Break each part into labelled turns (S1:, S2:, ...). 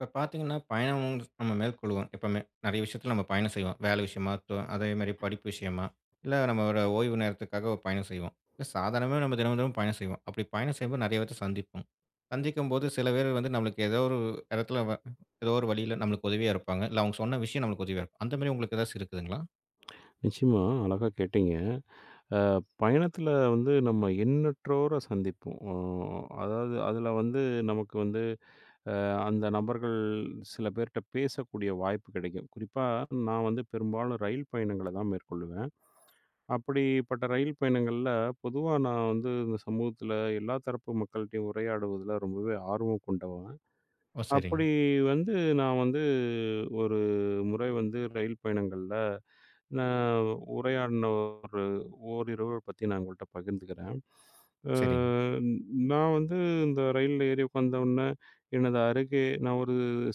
S1: இப்ப பார்த்தீங்கன்னா, பயணம் நம்ம மேற்கொள்வோம் எப்பவுமே. நெறைய விஷயத்துல நம்ம பயணம் செய்வோம். வேலை விஷயமா இருக்கட்டும், அதேமாரி படிப்பு விஷயமா, இல்ல நம்ம ஒரு ஓய்வு நேரத்துக்காக ஒரு பயணம் செய்வோம். இல்ல சாதாரணமாவே நம்ம தினமும் தினமும் பயணம் செய்வோம். அப்படி பயணம் செய்யும்போது நெறைய பேத்த சந்திப்போம். சந்திக்கும்போது சில பேர் வந்து நம்மளுக்கு ஏதோ ஒரு இடத்துல ஏதோ ஒரு வழியில நம்மளுக்கு உதவியா இருப்பாங்க. இல்ல அவங்க சொன்ன விஷயம் நம்மளுக்கு உதவியா இருக்கும். அந்த மாரி உங்களுக்கு ஏதாச்சும் இருக்குதுங்களா?
S2: நிச்சயமா, அழகா கேட்டீங்க. பயணத்துல வந்து நம்ம எண்ணற்றோர சந்திப்போம். அதாவது அதுல வந்து நமக்கு வந்து அந்த நபர்கள் சில பேர்ட்ட பேசக்கூடிய வாய்ப்பு கிடைக்கும். குறிப்பா நான் வந்து பெரும்பாலும் ரயில் பயணங்கள தான் மேற்கொள்ளுவேன். அப்படிப்பட்ட ரயில் பயணங்கள்ல பொதுவா நான் வந்து இந்த சமூகத்துல எல்லா தரப்பு மக்கள்ட்டயும் உரையாடுவதுல ரொம்பவே ஆர்வம் கொண்டவன்.
S1: ஓ! சரிங்க,
S2: அப்படி வந்து நான் வந்து ஒரு முறை வந்து ரயில் பயணங்கள்ல நான் உரையாடின ஒரு ஓரிரவு பத்தி நான் உங்கள்ட்ட பகிர்ந்துக்கிறேன். அ
S1: சரிங்க.
S2: நான் வந்து இந்த ரயில்ல ஏறி உட்காந்தவுடனே, எனது அருகே நான் ஒரு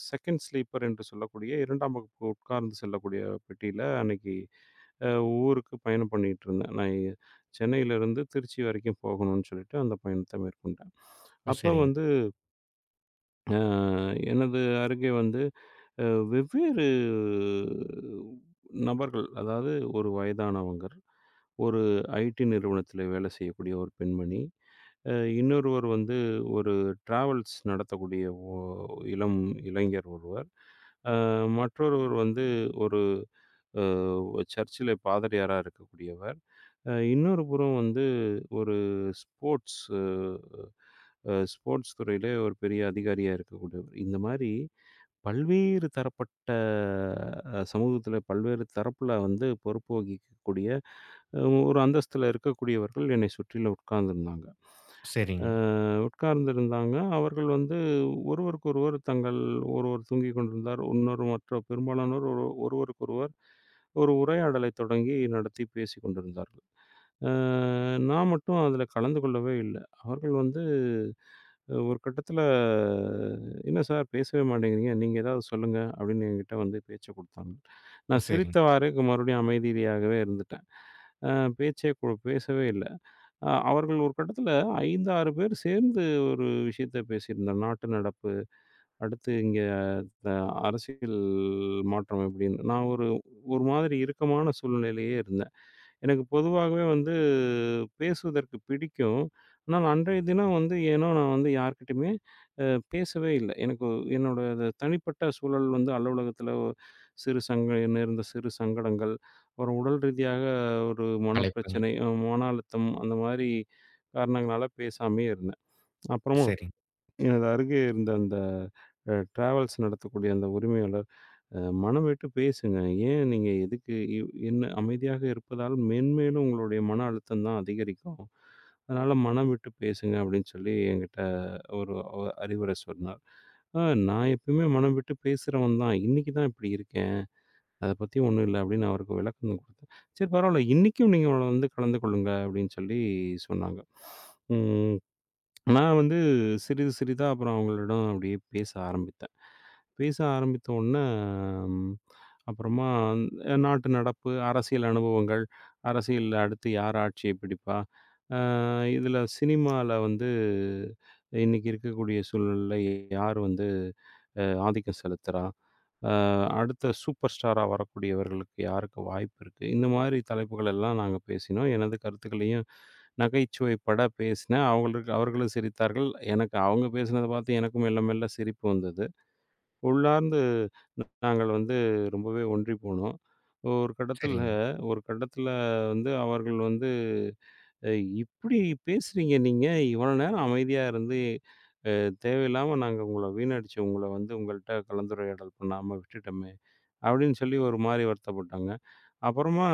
S2: செகண்ட் ஸ்லீப்பர் என்று சொல்லக்கூடிய 2ஆம் வகுப்பு உட்கார்ந்து செல்லக்கூடிய பெட்டியில அன்னைக்கு அ ஊருக்கு பயணம் பண்ணிட்டு இருந்தேன். நான் சென்னையிலிருந்து திருச்சி வரைக்கும் போகணும்னு சொல்லிட்டு அந்த பயணத்தை மேற்கொண்டேன்.
S1: ஓ!
S2: அப்ப
S1: சரிங்க,
S2: வந்து அ எனது அருகே வந்து அ வெவ்வேறு நபர்கள், அதாவது ஒரு வயதானவங்க, ஒரு ஐடி நிறுவனத்தில வேலை செய்யக்கூடிய ஒரு பெண்மணி, அ இன்னொருவர் வந்து ஒரு டிராவல்ஸ் நடத்தக்கூடிய ஒ இளம் இளைஞர் ஒருவர், அ மற்றொருவர் வந்து ஒரு அ சர்ச்சில பாதிரியாரா இருக்கக்கூடியவர். இன்னொரு புறம் வந்து ஒரு ஸ்போர்ட்ஸ் அ அ ஸ்போர்ட்ஸ் துறையிலே ஒரு பெரிய அதிகாரியா இருக்கக்கூடியவர். இந்த மாரி பல்வேறு தரப்பட்ட சமூகத்தில பல்வேறு தரப்புல வந்து பொறுப்பு வகிக்கக்கூடிய அ ஒரு அந்தஸ்தில இருக்கக்கூடியவர்கள் என்னை சுற்றிலும் உட்கார்ந்திருந்தாங்க. அ
S1: சரிங்க,
S2: உட்கார்ந்திருந்தாங்க. அவர்கள் வந்து ஒருவருக்கொருவர் தங்கள் ஒருவர் தூங்கிக் கொண்டிருந்தார். இன்னொரு மற்ற பெரும்பாலானோர் ஒருவருக்கொருவர் ஒரு உரையாடலை தொடங்கி நடத்தி பேசிக் கொண்டிருந்தார்கள். அ நான் மட்டும் அதில கலந்து கொள்ளவே இல்ல. அவர்கள் வந்து ஒரு கட்டத்தில "என்ன சார், பேசவே மாட்டேங்கிறீங்க. நீங்க ஏதாவது சொல்லுங்க." அப்படின்னு என்கிட்ட வந்து பேச்ச குடுத்தாங்க.
S1: ஓ!
S2: நான்
S1: சரிங்க.
S2: சிரித்தவாறே மறுபடியும் அமைதியாகவே இருந்துட்டேன். அ பேச்சே கு பேசவே இல்ல. அவர்கள் ஒரு கட்டத்தில 5, 6 பேர் சேர்ந்து ஒரு விஷயத்த பேசியிருந்தோம். நாட்டு நடப்பு, அடுத்து இங்க அ அரசியல் மாற்றம் எப்படின்னு. நான் ஒரு ஒரு மாதிரி இறுக்கமான சூழ்நிலையிலேயே இருந்தேன். எனக்கு பொதுவாகவே வந்து பேசுவதற்கு பிடிக்கும். ஆனால் அன்றைய தினம் வந்து ஏனோ நான் வந்து யார்கிட்டயுமே அ பேசவே இல்ல. எனக்கு என்னோட அது தனிப்பட்ட சூழல் வந்து அலுவலகத்தில சிறு சங்க நேர்ந்த சிறு சங்கடங்கள், ஒரு உடல் ரீதியாக ஒரு
S1: அழைப்புங்க.
S2: மனப்பிரச்சனை, மன அழுத்தம் அந்த மாரி காரணங்களால பேசாமயே இருந்தேன். அப்புறமா
S1: சரிங்க,
S2: எனது அருகே இருந்த அந்த டிராவல்ஸ் நடத்தக்கூடிய அந்த உரிமையாளர் மனம் விட்டு பேசுங்க. ஏன் நீங்க எதுக்கு இவ் என்ன அமைதியாக இருப்பதால் மென்மேலும் உங்களுடைய மன அழுத்தம் தான் அதிகரிக்கும். அதனால மனம் விட்டு பேசுங்க அப்படின்னு சொல்லி என்கிட்ட ஒரு அறிவுரை சொன்னார். அ நான் எப்பயுமே மனம் விட்டு பேசுறவன் தான். இன்னைக்கு தான் இப்படி இருக்கேன். அத பத்தி ஒண்ணும் இல்ல அப்படின்னு அவருக்கு விளக்கம் குடுத்தேன். சரி பரவால்ல இன்னைக்கும் நீங்க வந்து கலந்து கொள்ளுங்க அப்படின்னு சொல்லி சொன்னாங்க. ம். நான் வந்து சிறிது சிறிதா அப்புறம் அவங்களிடம் அப்படியே பேச ஆரம்பித்தேன். பேச ஆரம்பித்த உடனே ம், அப்புறமா அந்த நாட்டு நடப்பு, அரசியல் அனுபவங்கள், அரசியல்ல அடுத்து யார் ஆட்சியை பிடிப்பா? அ இதில சினிமால வந்து இன்னைக்கு இருக்கக்கூடிய சூழ்நிலையில யார் வந்து ஆதிக்கம் செலுத்துறா? அ அடுத்த சூப்பர் ஸ்டாரா வரக்கூடியவர்களுக்கு யாருக்கு வாய்ப்பு இருக்கு? இந்த மாதிரி தலைப்புகள் எல்லாம் நாங்க பேசினோம். எனது கருத்துக்களையும் நகைச்சுவை பட பேசினேன். அவங்களுக்கு அவர்களும் சிரித்தார்கள். எனக்கு அவங்க பேசினத பார்த்து எனக்கும் மெல்ல மெல்ல சிரிப்பு வந்தது. உள்ளார்ந்து நாங்கள் வந்து ரொம்பவே ஒன்றி போனோம். ஒரு கட்டத்துல
S1: சரிங்க, சரிங்க,
S2: ஒரு கட்டத்துல வந்து அவர்கள் வந்து "அ இப்படி பேசுறீங்க நீங்க? இவ்வளோ நேரம் அமைதியா இருந்து, அ தேவையில்லாம நாங்க உங்கள வீணடிச்சோம். உங்கள வந்து உங்கள்ட்ட கலந்துரையாடல் பண்ணாம விட்டுட்டோமே!" அப்படின்னு சொல்லி ஒரு மாரி வருத்தப்பட்டாங்க. அப்புறமா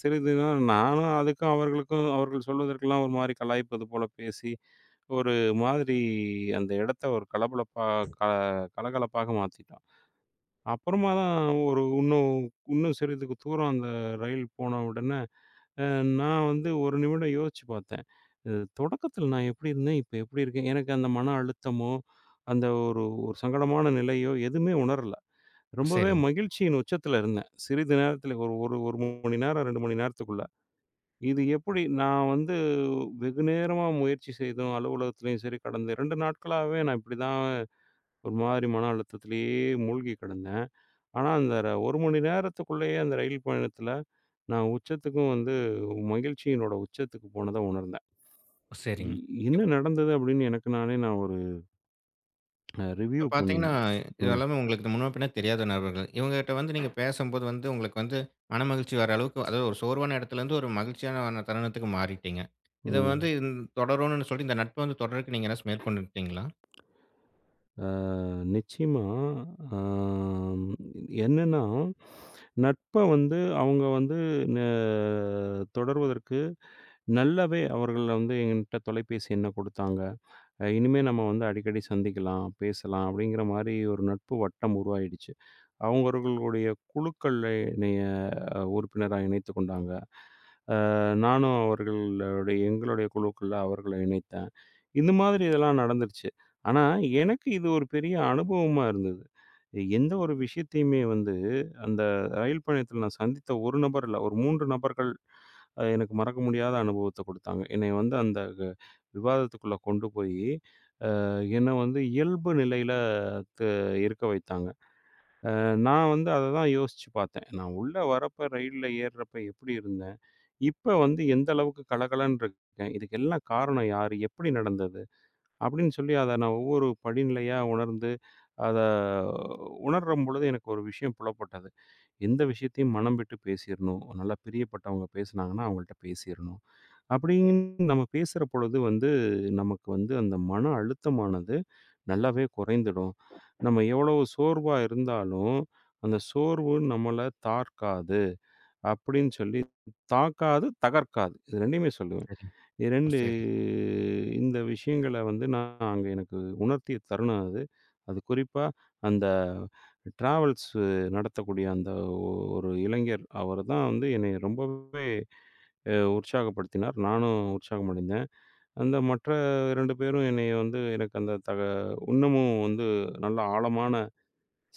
S2: சிறிது நேரம் நானும் அதுக்கும் அவர்களுக்கும் அவர்கள் சொல்வதற்கெல்லாம் ஒரு மாரி கலாய்ப்பது போல பேசி, ஒரு மாதிரி அந்த இடத்த ஒரு கலபலப்பா க கலகலப்பாக மாத்திட்டோம். அப்புறமா தான் ஒரு இன்னும் இன்னும் சிறிதுக்கு தூரம் அந்த ரயில் போன உடனே, அ நான் வந்து 1 நிமிடம் யோசிச்சு பார்த்தேன். இது தொடக்கத்தில நான் எப்படி இருந்தேன்? இப்ப எப்படி இருக்கேன்? எனக்கு அந்த மன அழுத்தமோ, அந்த ஒரு ஒரு சங்கடமான நிலையோ எதுவுமே உணரல.
S1: ஓ
S2: ரொம்பவே
S1: சரிங்க.
S2: மகிழ்ச்சியின் உச்சத்துல இருந்தேன். சிறிது நேரத்துல ஒரு ஒரு 1 மணி நேரம், 2 மணி நேரத்துக்குள்ள. இது எப்படி நான் வந்து வெகு நேரமா முயற்சி செய்தும், அலுவலகத்திலயும் சரி, கடந்த 2 நாட்களாவே நான் இப்படிதான் ஒரு மாரி மன அழுத்தத்திலேயே மூழ்கி கிடந்தேன். ஆனா, அந்த 1 மணி நேரத்துக்குள்ளேயே அந்த ரயில் பயணத்துல, நான் உச்சத்துக்கும் வந்து மகிழ்ச்சியினோட உச்சத்துக்கு போனத உணர்ந்தேன்.
S1: ஓ
S2: இ
S1: சரிங்க.
S2: என்ன நடந்தது அப்படின்னு எனக்கு நானே நான் ஒரு ரிவ்யூ
S1: இப்ப பார்த்தீங்கன்னா,
S2: பண்ணியிருந்தேன்.
S1: இது
S2: ம்,
S1: எல்லாமே உங்களுக்கு முன்ன பின்ன தெரியாத நபர்கள். இவங்ககிட்ட வந்து நீங்க பேசும்போது வந்து உங்களுக்கு வந்து மனமகிழ்ச்சி வர அளவுக்கு அதாவது ஒரு சோர்வான இடத்துலேருந்து ஒரு மகிழ்ச்சியான தருணத்துக்கு மாறிட்டீங்க. இத
S2: ம்.
S1: வந்து தொடரணும்னு சொல்லி இந்த நட்பு வந்து தொடர்றதுக்கு நீங்க ஏதாச்சும் மேற்கொண்டுட்டீங்களா?
S2: ஆ நிச்சயமா. ஆ என்னன்னா, நட்ப வந்து அவங்க வந்து ந தொடர்வதற்கு நல்லாவே அவர்கள் வந்து என்கிட்ட தொலைபேசி எண்ண குடுத்தாங்க. இனிமே நம்ம வந்து அடிக்கடி சந்திக்கலாம், பேசலாம் அப்படிங்கிற மாரி ஒரு நட்பு வட்டம் உருவாயிடுச்சு. அவங்கவர்களுடைய குழுக்கள்ல என்னைய உறுப்பினரா இணைத்துக் கொண்டாங்க. நானும் அவர்களுடைய எங்களுடைய குழுக்குள்ள அவர்களை இணைத்தேன். இந்த மாதிரி இதெல்லாம் நடந்துருச்சு. ஆனா, எனக்கு இது ஒரு பெரிய அனுபவமா இருந்தது. எந்த ஒரு விஷயத்தையுமே வந்து அந்த ரயில் பயணத்தில நான் சந்தித்த ஒரு நபர் இல்ல, ஒரு 3 நபர்கள் எனக்கு மறக்க முடியாத அனுபவத்த குடுத்தாங்க. என்னைய வந்து அந்த விவாதத்துக்குள்ள கொண்டு போயி, அ என்ன வந்து இயல்பு நிலையில த இருக்க வைத்தாங்க. நான் வந்து அத தான் யோசிச்சு பார்த்தேன். நான் உள்ள வரப்ப ரயில்ல ஏர்றப்ப எப்படி இருந்தேன்? இப்ப வந்து எந்த அளவுக்கு கலகலன்னு இருக்கேன். இதுக்கு எல்லாம் காரணம் யாரு? எப்படி நடந்தது? அப்படின்னு சொல்லி அத நான் ஒவ்வொரு படிநிலையா உணர்ந்து, அத உணரும்பொழுது எனக்கு ஒரு விஷயம் புலப்பட்டது. எந்த விஷயத்தையும் மனம் விட்டு பேசிறணும். நல்லா பிரியப்பட்டவங்க பேசினாங்கன்னா, அவங்கள்ட்ட பேசிறணும். அப்படின்னு நம்ம பேசுற பொழுது வந்து, நமக்கு வந்து அந்த மன அழுத்தமானது நல்லாவே குறைந்துடும். நம்ம எவ்வளவு சோர்வா இருந்தாலும், அந்த சோர்வு நம்மள தாக்காது. அப்படின்னு சொல்லி, தாக்காது, தகர்க்காது. இது 2யுமே சொல்லுவேன்.
S1: சரிங்க. ஓ!
S2: 2
S1: சரி.
S2: இந்த விஷயங்கள வந்து நான் அங்க எனக்கு உணர்த்திய தருணம் அது. அது குறிப்பா அந்த டிராவல்ஸ் நடத்தக்கூடிய அந்த ஒரு இளைஞர் அவரு தான் வந்து என்னைய ரொம்பவே உற்சாகப்படுத்தினார். நானும் உற்சாகம் அடைந்தேன். அந்த மற்ற 2 பேரும் என்னைய வந்து எனக்கு அந்த இன்னமும் வந்து நல்ல ஆழமான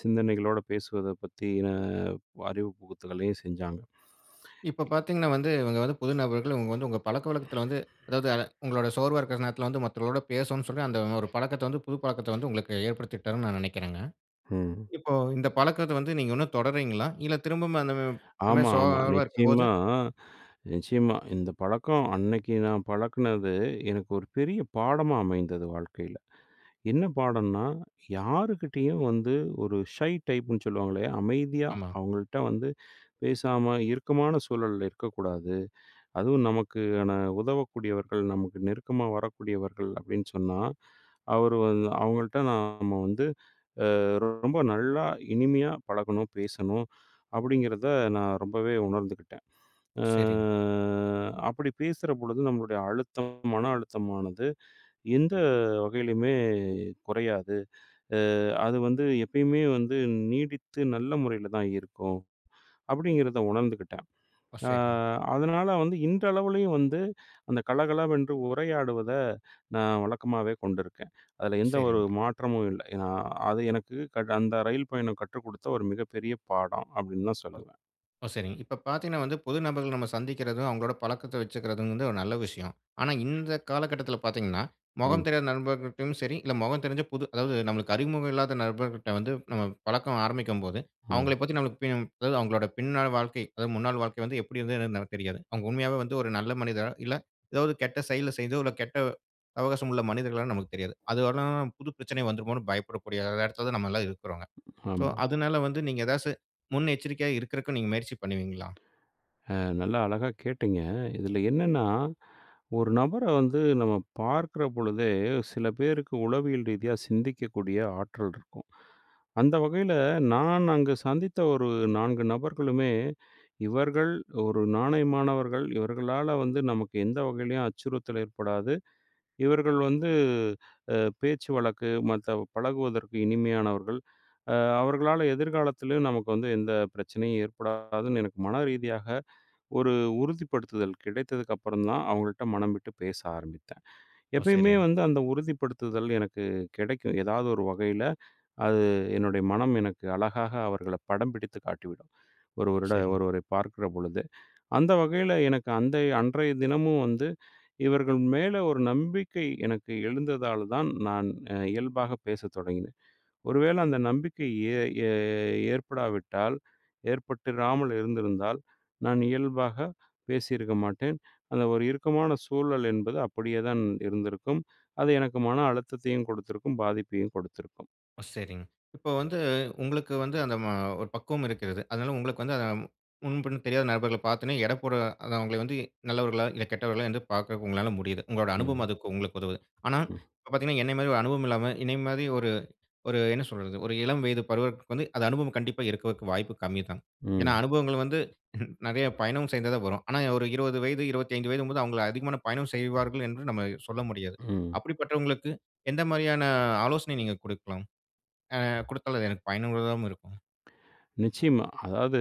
S2: சிந்தனைகளோட பேசுவத பத்தின அறிவு புகுத்துகளையும் செஞ்சாங்க.
S1: இப்ப பார்த்தீங்கன்னா வந்து, இவங்க வந்து புது நபர்கள். இவங்க வந்து உங்க பழக்கவழக்கத்தில வந்து அதாவது உங்களோட சோர்வா இருக்கிற நேரத்தில வந்து மத்தவங்களோட பேசணும்னு சொல்லி அந்த ஒரு பழக்கத்த வந்து புது பழக்கத்த வந்து உங்களுக்கு ஏற்படுத்திட்டாருன்னு நான் நினைக்கிறேங்க.
S2: ம்.
S1: இப்போ இந்த பழக்கத்த வந்து நீங்க இன்னும் தொடர்றீங்களா? இல்ல திரும்பவும் அந்த இந்த மாரி
S2: ஆமா, ஆமா.
S1: சோர்வா இருக்கும்போது
S2: நிச்சயமா, நிச்சயமா. இந்த பழக்கம் அன்னைக்கு நான் பழக்குனது, எனக்கு ஒரு பெரிய பாடமா அமைந்தது வாழ்க்கையில. என்ன பாடம்னா, யாருகிட்டயும் வந்து ஒரு ஷை டைப்ன்னு சொல்லுவாங்களே, அமைதியா
S1: ஆமா.
S2: அவங்கள்ட்ட வந்து பேசாம இறுக்கமான சூழல்ல இருக்கக்கூடாது. அதுவும் நமக்கான உதவக்கூடியவர்கள், நமக்கு நெருக்கமா வரக்கூடியவர்கள் அப்டின்னு சொன்னா, அவரு வந் அவங்கள்ட்ட நாம வந்து ரொம்ப நல்லா இனிமையா பழகணும், பேசணும் அப்டிங்கிறத நான் ரொம்பவே உணர்ந்துக்கிட்டேன். அ
S1: சரிங்க.
S2: அப்படி பேசுற பொழுது நம்மளுடைய அழுத்தம், மன அழுத்தமானது எந்த வகையிலுமே குறையாது. அ அது வந்து எப்பயுமே வந்து நீடித்து நல்ல முறையில தான் இருக்கும். அப்படிங்கிறத உணர்ந்துக்கிட்டேன்.
S1: ஓ!
S2: அ
S1: சரிங்க,
S2: அதனால வந்து இன்றளவிலயும் வந்து அந்த கலகலவென்று உரையாடுவத நான் வழக்கமாவே கொண்டிருக்கேன். அதுல எந்த ஒரு
S1: சரிங்க.
S2: மாற்றமும் இல்ல. ஏன்னா, அது எனக்கு அந்த ரயில் பயணம் கற்றுக் குடுத்த ஒரு மிகப்பெரிய பாடம் அப்படின்னு தான்
S1: ஓ
S2: சொல்லுவேன்.
S1: ஓ சரிங்க. இப்ப பார்த்தீங்கன்னா வந்து, புது நபர்கள் நம்ம சந்திக்கிறதும், அவங்களோட பழக்கத்த வச்சுக்கிறதும் வந்து ஒரு நல்ல விஷயம். ஆனா இந்த காலகட்டத்தில பார்த்தீங்கன்னா,
S2: ம்,
S1: முகம் தெரியாத நண்பர்கள்ட்டயும் சரி, இல்ல முகம் தெரிஞ்ச புது அதாவது நம்மளுக்கு அறிமுகம் இல்லாத நண்பர்கிட்ட வந்து நம்ம பழக்கம் ஆரம்பிக்கும்போது,
S2: ம்.
S1: அவங்கள பத்தி நம்மளுக்கு பின் அதாவது அவங்களோட பின்னாள் வாழ்க்கை, அதாவது முன்னாள் வாழ்க்கை வந்து எப்படி இருந்ததுன்னு நமக்கு தெரியாது. அவங்க உண்மையாவே வந்து ஒரு நல்ல மனிதரா, இல்ல ஏதாவது கெட்ட செயல செய்தோ, இல்ல கெட்ட அவகாசம் உள்ள மனிதர்களான்னு நமக்கு தெரியாது. அதெல்லாம் புது பிரச்சனை வந்துருமோன்னு பயப்படக்கூடிய இடத்துல தான் நம்ம எல்லாம் இருக்கிறோம். ஸோ,
S2: ஆமா.
S1: அதனால வந்து நீங்க ஏதாச்சு முன்னெச்சரிக்கையா இருக்கறக்கு நீங்க முயற்சி பண்ணுவீங்களா?
S2: நல்லா அழகா கேட்டீங்க. இதில என்னன்னா, ஒரு நபர வந்து நம்ம பார்க்கிற பொழுதே, சில பேருக்கு உளவியல் ரீதியா சிந்திக்கக்கூடிய ஆற்றல் இருக்கும். அந்த வகையில நான் அங்கு சந்தித்த ஒரு 4 நபர்களுமே, இவர்கள் ஒரு நாணயமானவர்கள். இவர்களால வந்து நமக்கு எந்த வகையிலயும் அச்சுறுத்தல் ஏற்படாது. இவர்கள் வந்து பேச்சு வழக்கு, மத்த பழகுவதற்கு இனிமையானவர்கள். அ அவர்களால எதிர்காலத்திலயும் நமக்கு வந்து எந்த பிரச்சனையும் ஏற்படாதுன்னு எனக்கு மன ரீதியாக ஒரு உறுதிப்படுத்துதல் கிடைத்ததுக்கு அப்புறம் தான் அவங்கள்ட்ட மனம் விட்டு பேச ஆரம்பித்தேன்.
S1: ஓ!
S2: எப்பயுமே
S1: சரிங்க,
S2: வந்து அந்த உறுதிப்படுத்துதல் எனக்கு கிடைக்கும். ஏதாவது ஒரு வகையில அது என்னுடைய மனம் எனக்கு அழகாக அவர்கள படம் பிடித்து காட்டிவிடும்.
S1: ஓ
S2: ஒருவரிட
S1: சரிங்க,
S2: ஒருவரை பார்க்கிற பொழுது. அந்த வகையில எனக்கு அந்த அன்றைய தினமும் வந்து இவர்கள் மேல ஒரு நம்பிக்கை எனக்கு எழுந்ததால் தான் நான் இயல்பாக பேசத் தொடங்கினேன். ஒருவேளை அந்த நம்பிக்கை ஏ ஏ ஏற்படாவிட்டால், ஏற்பட்டிராமல் இருந்திருந்தால், நான் இயல்பாக பேசியிருக்க மாட்டேன். அந்த ஒரு இறுக்கமான சூழல் என்பது அப்படியே தான் இருந்திருக்கும். அது எனக்கு மன அழுத்தத்தையும் கொடுத்திருக்கும், பாதிப்பையும் கொடுத்திருக்கும்.
S1: ஓ! சரிங்க. இப்போ வந்து உங்களுக்கு வந்து அந்த ஒரு பக்குவம் இருக்கிறது. அதனால உங்களுக்கு வந்து அத முன்பின் தெரியாத நபர்கள பார்த்தோனே எடை போட அத அவங்கள வந்து நல்லவர்களா, இல்ல கெட்டவர்களா என்று பார்க்க உங்களால முடியுது. உங்களோட அனுபவம்
S2: ம்,
S1: அதுக்கு உங்களுக்கு உதவுது. ஆனா,
S2: ம்,
S1: இப்ப பார்த்தீங்கன்னா, என்னை மாரி ஒரு அனுபவம் இல்லாம, என்னை மாரி ஒரு ஒரு என்ன சொல்றது? ஒரு இளம் வயது பருவத்துக்கு வந்து அது அனுபவம் கண்டிப்பா இருக்கறக்கு வாய்ப்பு கம்மி தான். ஏன்னா
S2: ம்,
S1: அனுபவங்கள் வந்து நெறைய பயணம் செய்ததா வரும். ஆனா ஒரு 20 வயது, 25 வயதும்போது அவங்க அதிகமான பயணம் செய்வார்கள் என்று நம்ம சொல்ல முடியாது.
S2: ம்.
S1: அப்படிப்பட்டவங்களுக்கு எந்த மாரியான ஆலோசனை நீங்க குடுக்கலாம்? அ குடுத்தால் அது எனக்கு பயனுள்ளதாவும் இருக்கும்.
S2: நிச்சயமா. அதாவது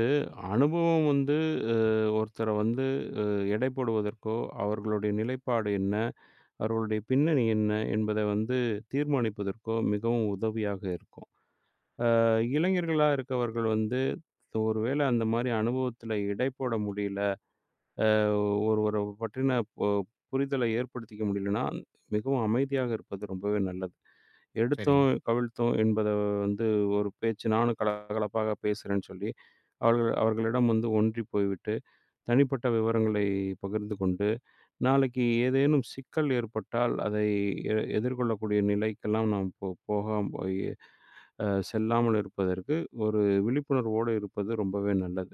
S2: அனுபவம் வந்து அ ஒருத்தர வந்து அ எடை போடுவதற்கோ, அவர்களுடைய நிலைப்பாடு என்ன, அவர்களுடைய பின்னணி என்ன என்பதை வந்து தீர்மானிப்பதற்கோ மிகவும் உதவியாக இருக்கும். இளைஞர்களா இருக்கவர்கள் வந்து, ஒருவேள அந்த மாரி அனுபவத்துல இடை போட முடியல, ஒருவர பற்றின பு புரிதல ஏற்படுத்திக்க முடியலன்னா, மிகவும் அமைதியாக இருப்பது ரொம்பவே நல்லது. எடுத்தோம்,
S1: சரிங்க,
S2: கவிழ்த்தோம் என்பத வந்து ஒரு பேச்சு நானும் கலகலப்பாக பேசுறேன்னு சொல்லி, அவர்கள் அவர்களிடம் வந்து ஒன்றி போய்விட்டு, தனிப்பட்ட விவரங்களை பகிர்ந்து கொண்டு, நாளைக்கு ஏதேனும் சிக்கல் ஏற்பட்டால், அதை எதிர்கொள்ளக்கூடிய நிலைக்கெல்லாம் நாம் போகாம போயி செல்லாமல் இருப்பதற்கு ஒரு விழிப்புணர்வோடு இருப்பது ரொம்பவே நல்லது.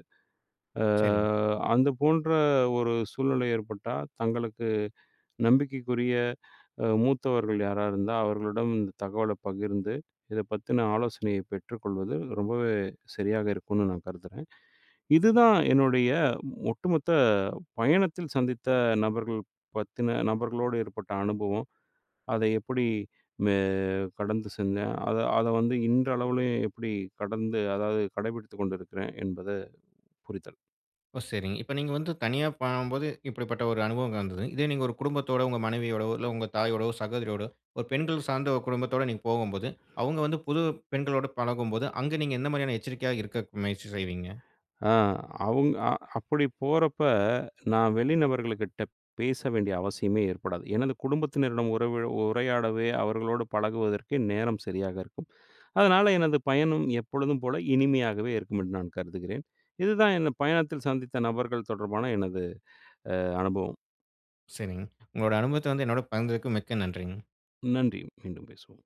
S2: அ
S1: சரிங்க.
S2: அந்த போன்ற ஒரு சூழ்நிலை ஏற்பட்டா, தங்களுக்கு நம்பிக்கைக்குரிய மூத்தவர்கள் யாரா இருந்தா, அவர்களிடம் இந்த தகவல பகிர்ந்து, இத பத்தின ஆலோசனையை பெற்றுக்கொள்வது ரொம்பவே சரியாக இருக்கும்னு நான் கருதுறேன். இதுதான் என்னுடைய ஒட்டுமொத்த பயணத்தில் சந்தித்த நபர்கள் பத்தின நபர்களோடு ஏற்பட்ட அனுபவம். அதை எப்படி மே கடந்து சென்றேன். அத அத வந்து இன்றளவிலும் எப்படி கடந்து அதாவது கடைபிடித்துக் கொண்டிருக்கிறேன் என்பது புரிதல்.
S1: ஓ! சரிங்க. இப்ப நீங்க வந்து தனியா பண்ணும்போது இப்படிப்பட்ட ஒரு அனுபவம் வந்தது. இதே நீங்க ஒரு குடும்பத்தோட உங்க மனைவியோடவோ, இல்ல உங்க தாயோடவோ, சகோதரியோடோ ஒரு பெண்கள் சார்ந்த ஒரு குடும்பத்தோட நீங்க போகும்போது, அவங்க வந்து புது பெண்களோட பழகும்போது, அங்க நீங்க எந்த மாரியான எச்சரிக்கையா இருக்க முயற்சி செய்வீங்க?
S2: ஆ அவுங் அ அப்படி போறப்ப, நான் வெளிநபர்கள்கிட்ட பேச வேண்டிய அவசியமே ஏற்படாது. எனது குடும்பத்தினரிடம் உரையாடவே, அவர்களோடு பழகுவதற்கே நேரம் சரியாக இருக்கும். அதனால எனது பயணம் எப்பொழுதும் போல இனிமையாகவே இருக்கும் என்று நான் கருதுகிறேன். இதுதான் என் பயணத்தில் சந்தித்த நபர்கள் தொடர்பான எனது அனுபவம்.
S1: சரிங்க. உங்களோட அனுபவத்த வந்து என்னோட பகிர்ந்ததுக்கு மிக்க நன்றிங்க.
S2: நன்றி. மீண்டும் பேசுவோம்.